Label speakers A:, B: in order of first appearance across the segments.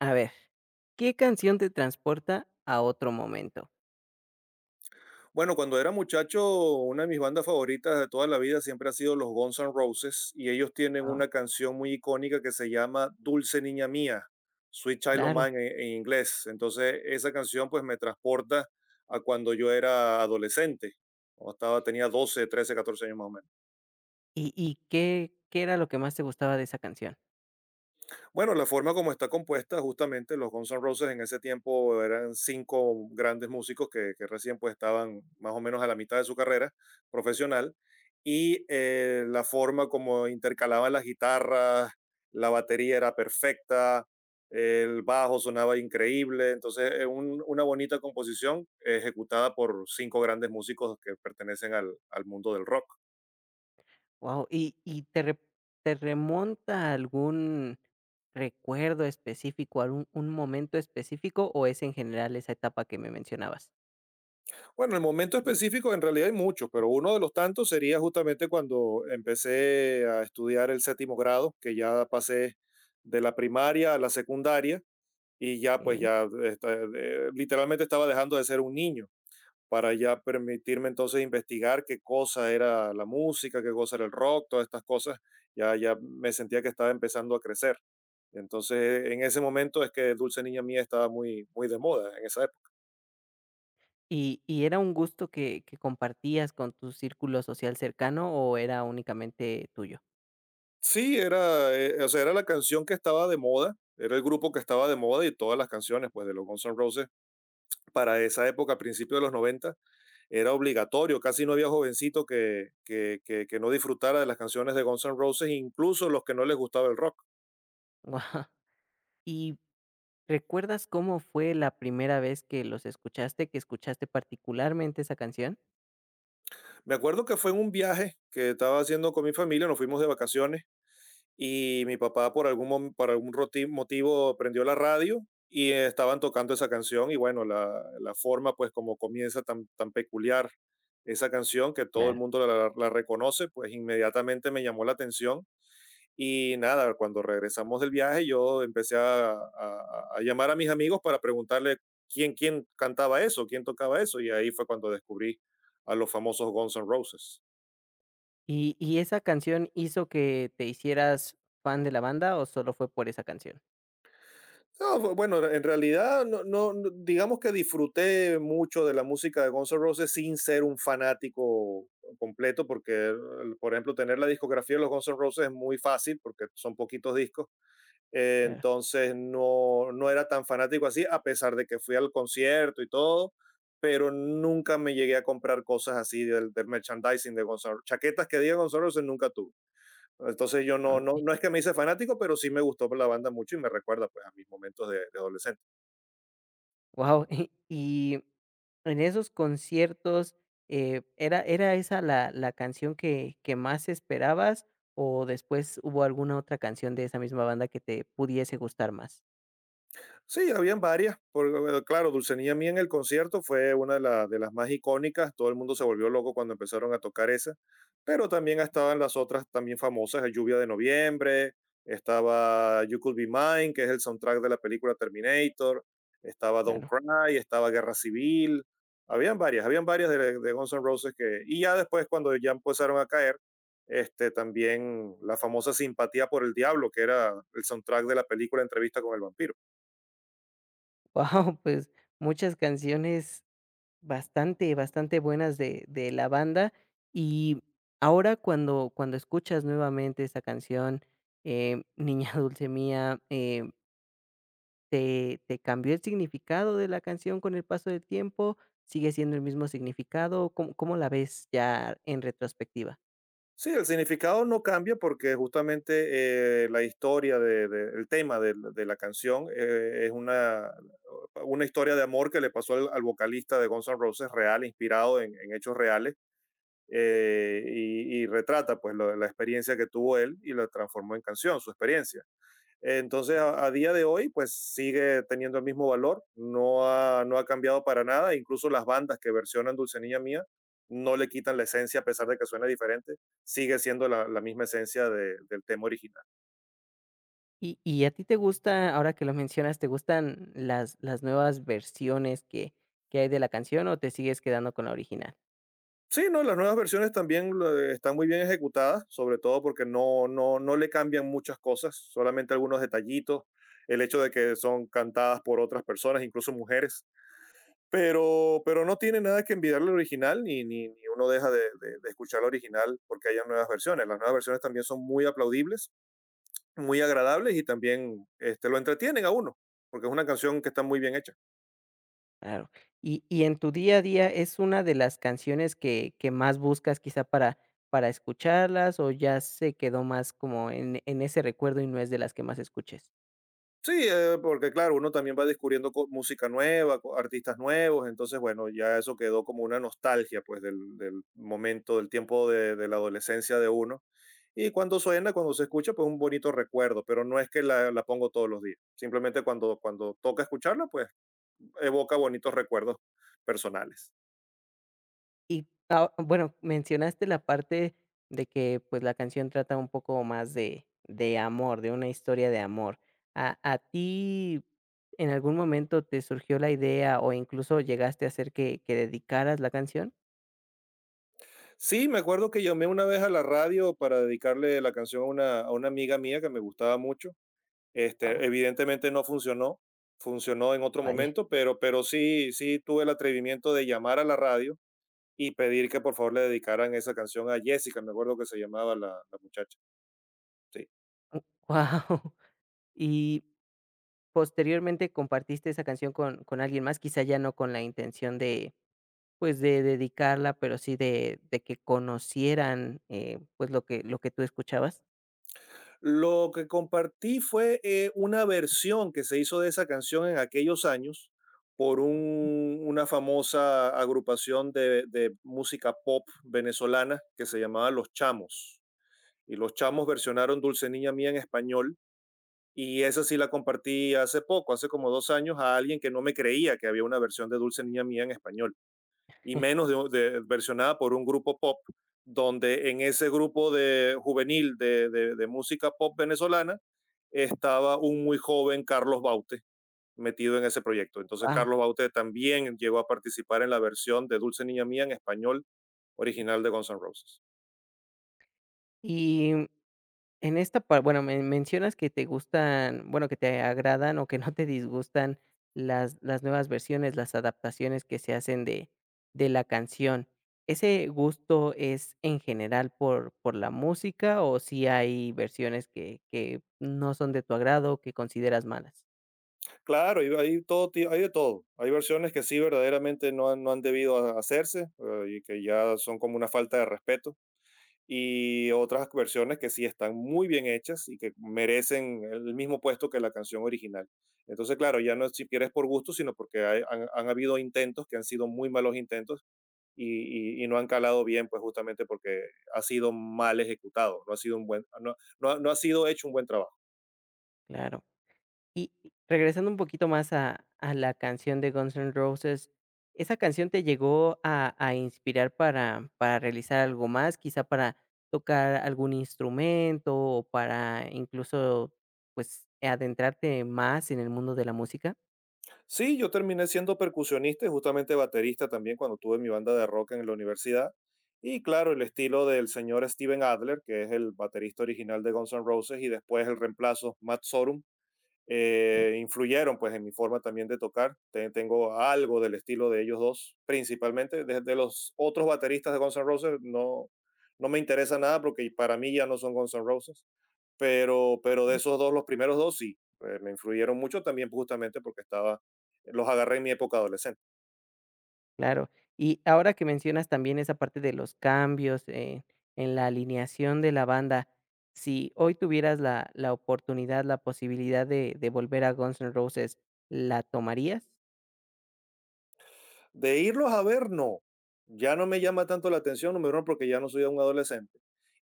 A: A ver, ¿qué canción te transporta a otro momento?
B: Bueno, cuando era muchacho, una de mis bandas favoritas de toda la vida siempre ha sido los Guns N' Roses y ellos tienen
A: Wao.
B: una canción muy icónica que se llama Dulce Niña Mía, Sweet Child O'
A: Claro.
B: Mine en inglés. Entonces, esa canción pues me transporta a cuando yo era adolescente, cuando estaba, tenía 12, 13, 14 años más o menos.
A: ¿Y qué era lo que más te gustaba de esa canción?
B: Bueno, la forma como está compuesta, justamente los Guns N' Roses en ese tiempo eran cinco grandes músicos que recién pues estaban más o menos a la mitad de su carrera profesional y la forma como intercalaban las guitarras, la batería era perfecta, el bajo sonaba increíble, entonces una bonita composición ejecutada por cinco grandes músicos que pertenecen al mundo del rock.
A: Wow. Y te re te remonta a algún recuerdo específico, algún un momento específico, o es en general esa etapa que me mencionabas?
B: Bueno, en el momento específico en realidad hay muchos, pero uno de los tantos sería justamente cuando empecé a estudiar el séptimo grado, que ya pasé de la primaria a la secundaria y ya pues
A: Okey.
B: literalmente estaba dejando de ser un niño para ya permitirme entonces investigar qué cosa era la música, qué cosa era el rock, todas estas cosas, ya me sentía que estaba empezando a crecer. Entonces en ese momento es que Dulce Niña Mía estaba muy, muy de moda en esa época.
A: ¿Y era un gusto que compartías con tu círculo social cercano, o era únicamente tuyo?
B: Sí, o sea, era la canción que estaba de moda, era el grupo que estaba de moda y todas las canciones pues, de los Guns N' Roses para esa época, a principios de los 90, era obligatorio. Casi no había jovencito que no disfrutara de las canciones de Guns N' Roses, incluso los que no les gustaba el rock.
A: Guau. Y ¿recuerdas cómo fue la primera vez que los escuchaste, que escuchaste particularmente esa canción?
B: Me acuerdo que fue en un viaje que estaba haciendo con mi familia, nos fuimos de vacaciones y mi papá por algún motivo prendió la radio y estaban tocando esa canción y bueno, la forma pues como comienza tan, tan peculiar esa canción que todo el
A: Claro.
B: mundo reconoce, pues inmediatamente me llamó la atención y nada, cuando regresamos del viaje yo empecé a llamar a mis amigos para preguntarle quién cantaba eso, quién tocaba eso y ahí fue cuando descubrí a los famosos Guns N' Roses.
A: ¿Y esa canción hizo que te hicieras fan de la banda o solo fue por esa canción?
B: No, bueno, en realidad, digamos que disfruté mucho de la música de Guns N' Roses sin ser un fanático completo, porque, por ejemplo, tener la discografía de los Guns N' Roses es muy fácil, porque son poquitos discos.
A: Claro.
B: Entonces, no era tan fanático así, a pesar de que fui al concierto y todo, pero nunca me llegué a comprar cosas así del merchandising de Guns N' Roses. Chaquetas que diga Guns N' Roses nunca tuve. Entonces yo no es que me hice fanático, pero sí me gustó la banda mucho y me recuerda pues a mis momentos de adolescente.
A: Wow. Y en esos conciertos, ¿era esa la canción que más esperabas o después hubo alguna otra canción de esa misma banda que te pudiese gustar más?
B: Sí, habían varias, porque bueno, claro, Dulcinea Mía en el concierto fue una de, de las más icónicas, todo el mundo se volvió loco cuando empezaron a tocar esa, pero también estaban las otras también famosas, Lluvia de Noviembre, estaba You Could Be Mine, que es el soundtrack de la película Terminator, estaba Don't
A: Claro.
B: Cry, estaba Guerra Civil, habían varias de Guns N' Roses que, y ya después cuando ya empezaron a caer, este, también la famosa Simpatía por el Diablo, que era el soundtrack de la película Entrevista con el Vampiro.
A: Wow, pues, muchas canciones bastante, bastante buenas de la banda. Y ahora cuando escuchas nuevamente esa canción, Niña dulce mía, ¿te cambió el significado de la canción con el paso del tiempo? ¿Sigue siendo el mismo significado? ¿Cómo la ves ya en retrospectiva?
B: Sí, el significado no cambia porque justamente la historia el tema de la canción es una historia de amor que le pasó al vocalista de Guns N' Roses real, inspirado en hechos reales, y retrata pues la experiencia que tuvo él y la transformó en canción, su experiencia. Entonces, a día de hoy, pues sigue teniendo el mismo valor, no ha cambiado para nada, incluso las bandas que versionan Dulce Niña Mía no le quitan la esencia a pesar de que suena diferente, sigue siendo la misma esencia del tema original.
A: Y a ti te gusta, ahora que lo mencionas, ¿te gustan las nuevas versiones que hay de la canción o te sigues quedando con la original?
B: Sí, no, las nuevas versiones también están muy bien ejecutadas, sobre todo porque no le cambian muchas cosas, solamente algunos detallitos, el hecho de que son cantadas por otras personas, incluso mujeres, pero no tiene nada que envidiarle al original, ni uno deja de escuchar el original porque haya nuevas versiones. Las nuevas versiones también son muy aplaudibles, muy agradables y también este, lo entretienen a uno, porque es una canción que está muy bien hecha.
A: Claro. Y en tu día a día, ¿es una de las canciones que más buscas quizá para escucharlas, o ya se quedó más como en ese recuerdo y no es de las que más escuches?
B: Sí, porque claro, uno también va descubriendo música nueva, artistas nuevos, entonces bueno, ya eso quedó como una nostalgia pues del momento, del tiempo de la adolescencia de uno. Y cuando suena, cuando se escucha, pues un bonito recuerdo, pero no es que la pongo todos los días, simplemente cuando toca escucharla, pues evoca bonitos recuerdos personales.
A: Y, ah, bueno, mencionaste la parte de que, pues, la canción trata un poco más de amor, de una historia de amor. ¿A ti en algún momento te surgió la idea o incluso llegaste a hacer que dedicaras la canción?
B: Sí, me acuerdo que llamé una vez a la radio para dedicarle la canción a una amiga mía que me gustaba mucho.
A: Wow,
B: Este, evidentemente no funcionó, funcionó en otro
A: vaya,
B: momento, pero sí, sí tuve el atrevimiento de llamar a la radio y pedir que por favor le dedicaran esa canción a Jessica, me acuerdo que se llamaba la muchacha. Sí.
A: wow. Y posteriormente compartiste esa canción con alguien más, quizá ya no con la intención de, pues, de dedicarla, pero sí de que conocieran, pues, lo que tú escuchabas.
B: Lo que compartí fue una versión que se hizo de esa canción en aquellos años por una famosa agrupación de música pop venezolana que se llamaba Los Chamos. Y los Chamos versionaron Dulce Niña Mía en español. Y esa sí la compartí hace poco, hace como 2 años, a alguien que no me creía que había una versión de Dulce Niña Mía en español, y menos versionada por un grupo pop, donde en ese grupo de juvenil de música pop venezolana estaba un muy joven Carlos Baute metido en ese proyecto. Entonces
A: Wow.
B: Carlos Baute también llegó a participar en la versión de Dulce Niña Mía en español original de Guns N' Roses.
A: Y en esta par, bueno, me mencionas que te gustan, bueno, que te agradan o que no te disgustan las nuevas versiones, las adaptaciones que se hacen de la canción. ¿Ese gusto es en general por la música o si hay versiones que no son de tu agrado, que consideras malas?
B: Claro, hay todo, hay de todo. Hay versiones que sí verdaderamente no han debido hacerse, y que ya son como una falta de respeto. Y otras versiones que sí están muy bien hechas y que merecen el mismo puesto que la canción original. Entonces, claro, ya no es siquiera es por gusto, sino porque han habido intentos que han sido muy malos intentos y, y no han calado bien, pues justamente porque ha sido mal ejecutado, no ha sido, un buen, no ha sido hecho un buen trabajo.
A: Claro. Y regresando un poquito más a la canción de Guns N' Roses, ¿esa canción te llegó a inspirar para realizar algo más? Quizá para tocar algún instrumento o para incluso, pues, adentrarte más en el mundo de la música.
B: Sí, yo terminé siendo percusionista y justamente baterista también cuando tuve mi banda de rock en la universidad. Y claro, el estilo del señor Steven Adler, que es el baterista original de Guns N' Roses, y después el reemplazo Matt Sorum,
A: Sí.
B: influyeron pues en mi forma también de tocar. Tengo algo del estilo de ellos dos, principalmente. Desde los otros bateristas de Guns N' Roses no me interesa nada porque para mí ya no son Guns N' Roses, pero de esos dos, los primeros dos sí, me influyeron mucho también pues, justamente porque estaba, los agarré en mi época adolescente.
A: Claro. Y ahora que mencionas también esa parte de los cambios, en la alineación de la banda, si hoy tuvieras la oportunidad, la posibilidad de volver a Guns N' Roses, ¿la tomarías?
B: De irlos a ver, no. Ya no me llama tanto la atención, número uno, porque ya no soy un adolescente.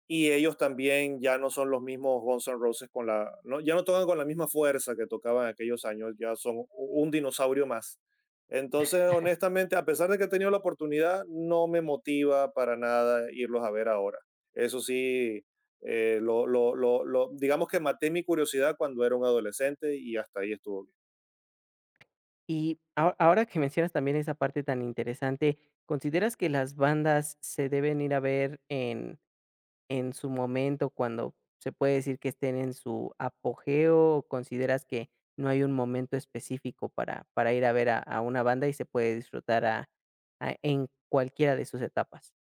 B: Y ellos también ya no son los mismos Guns N' Roses con la, no, ya no tocan con la misma fuerza que tocaban en aquellos años, ya son un dinosaurio más. Entonces, honestamente, a pesar de que he tenido la oportunidad, no me motiva para nada irlos a ver ahora. Eso sí, digamos que maté mi curiosidad cuando era un adolescente y hasta ahí estuvo bien.
A: Y ahora que mencionas también esa parte tan interesante, ¿consideras que las bandas se deben ir a ver en su momento, cuando se puede decir que estén en su apogeo, o consideras que no hay un momento específico para ir a ver a una banda y se puede disfrutar a en cualquiera de sus etapas?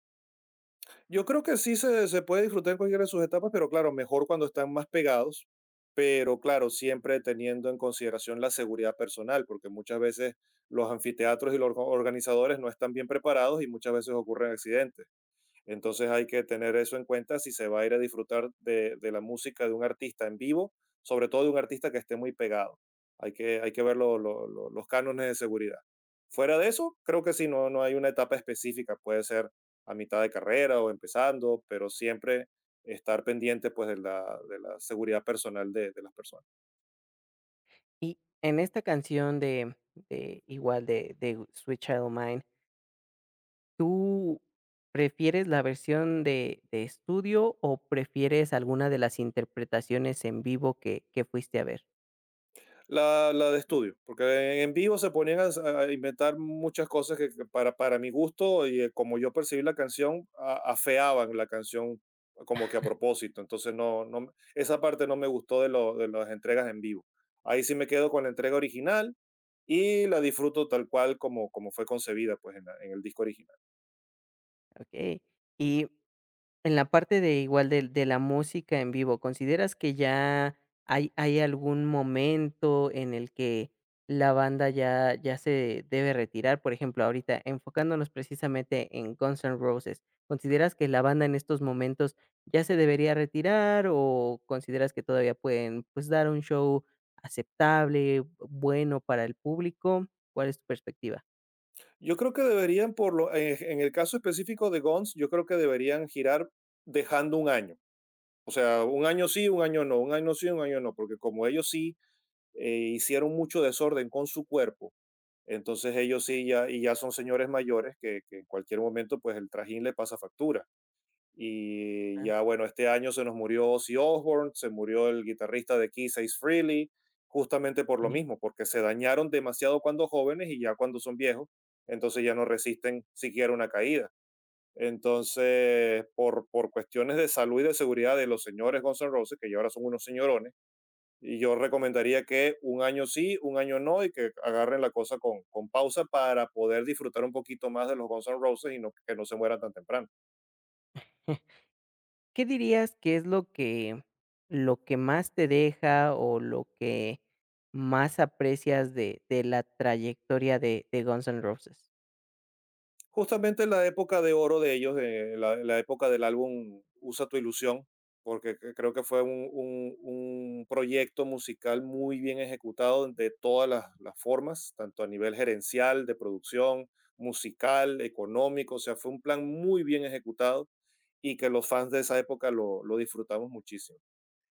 B: Yo creo que sí se puede disfrutar en cualquiera de sus etapas, pero claro, mejor cuando están más pegados, pero claro, siempre teniendo en consideración la seguridad personal, porque muchas veces los anfiteatros y los organizadores no están bien preparados y muchas veces ocurren accidentes. Entonces hay que tener eso en cuenta si se va a ir a disfrutar de la música de un artista en vivo, sobre todo de un artista que esté muy pegado. Hay que ver los cánones de seguridad. Fuera de eso, creo que sí, no hay una etapa específica. Puede ser a mitad de carrera o empezando, pero siempre estar pendiente pues, de la seguridad personal de las personas.
A: Y en esta canción de igual de Sweet Child O' Mine, ¿tú prefieres la versión de estudio o prefieres alguna de las interpretaciones en vivo que fuiste a ver?
B: La de estudio, porque en vivo se ponían a inventar muchas cosas que para mi gusto y como yo percibí la canción, afeaban la canción como que a propósito. Entonces, esa parte no me gustó de las entregas en vivo. Ahí sí me quedo con la entrega original y la disfruto tal cual como fue concebida pues, en el disco original.
A: Okey. Y en la parte de igual de la música en vivo, ¿consideras que ya hay algún momento en el que la banda ya se debe retirar? Por ejemplo, ahorita enfocándonos precisamente en Guns N' Roses, ¿consideras que la banda en estos momentos ya se debería retirar o consideras que todavía pueden, pues, dar un show aceptable, bueno para el público? ¿Cuál es tu perspectiva?
B: Yo creo que deberían, por lo, en el caso específico de Guns, yo creo que deberían girar dejando un año. O sea, un año sí, un año no, un año sí, un año no, porque como ellos sí hicieron mucho desorden con su cuerpo, entonces ellos sí ya, y ya son señores mayores que en cualquier momento pues el trajín le pasa factura. Y
A: Ah,
B: ya bueno, este año se nos murió Ozzy Osbourne, se murió el guitarrista de Keys Ace Frehley, justamente por lo
A: sí.
B: mismo, porque se dañaron demasiado cuando jóvenes y ya cuando son viejos, entonces ya no resisten siquiera una caída. Entonces, por cuestiones de salud y de seguridad de los señores Guns N' Roses, que ya ahora son unos señorones, y yo recomendaría que un año sí, un año no, y que agarren la cosa con pausa para poder disfrutar un poquito más de los Guns N' Roses y no, que no se mueran tan temprano.
A: ¿Qué dirías que es lo que más te deja o lo que más aprecias de la trayectoria de Guns N' Roses?
B: Justamente la época de oro de ellos, la época del álbum Usa tu ilusión, porque creo que fue un proyecto musical muy bien ejecutado de todas las formas, tanto a nivel gerencial, de producción, musical, económico, o sea, fue un plan muy bien ejecutado y que los fans de esa época lo disfrutamos muchísimo.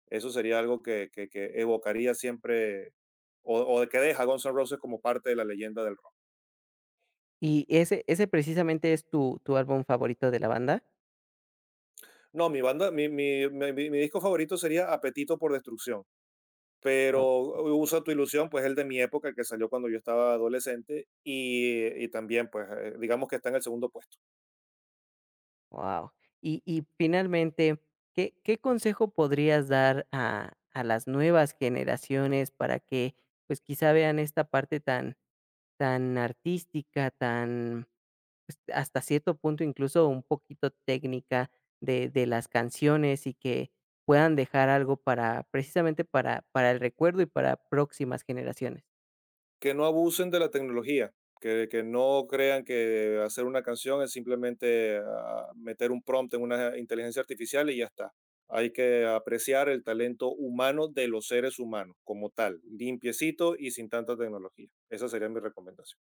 B: Eso sería algo que evocaría siempre, o que deja a Guns N' Roses como parte de la leyenda de.
A: ¿Y ese precisamente es tu álbum favorito de la banda?
B: No, mi banda, mi- mi disco favorito sería Apetito por Destrucción, pero
A: Okey,
B: Usa tu ilusión, pues el de mi época, el que salió cuando yo estaba adolescente, y también, pues, digamos que está en el segundo puesto.
A: guau. Y finalmente, ¿qué consejo podrías dar a las nuevas generaciones para que, pues, quizá vean esta parte tan tan artística, tan, pues, hasta cierto punto, incluso un poquito técnica de las canciones y que puedan dejar algo para, precisamente, para el recuerdo y para próximas generaciones.
B: Que no abusen de la tecnología, que no crean que hacer una canción es simplemente meter un prompt en una inteligencia artificial y ya está. Hay que apreciar el talento humano de los seres humanos como tal, limpiecito y sin tanta tecnología. Esa sería mi recomendación.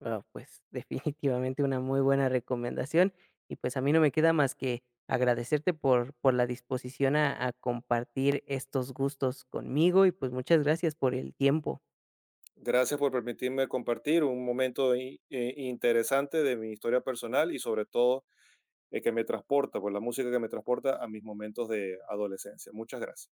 A: Ah, pues, definitivamente una muy buena recomendación y pues a mí no me queda más que agradecerte por la disposición a compartir estos gustos conmigo y pues muchas gracias por el tiempo.
B: Gracias por permitirme compartir un momento interesante de mi historia personal y sobre todo que me transporta, por la música que me transporta a mis momentos de adolescencia. Muchas gracias.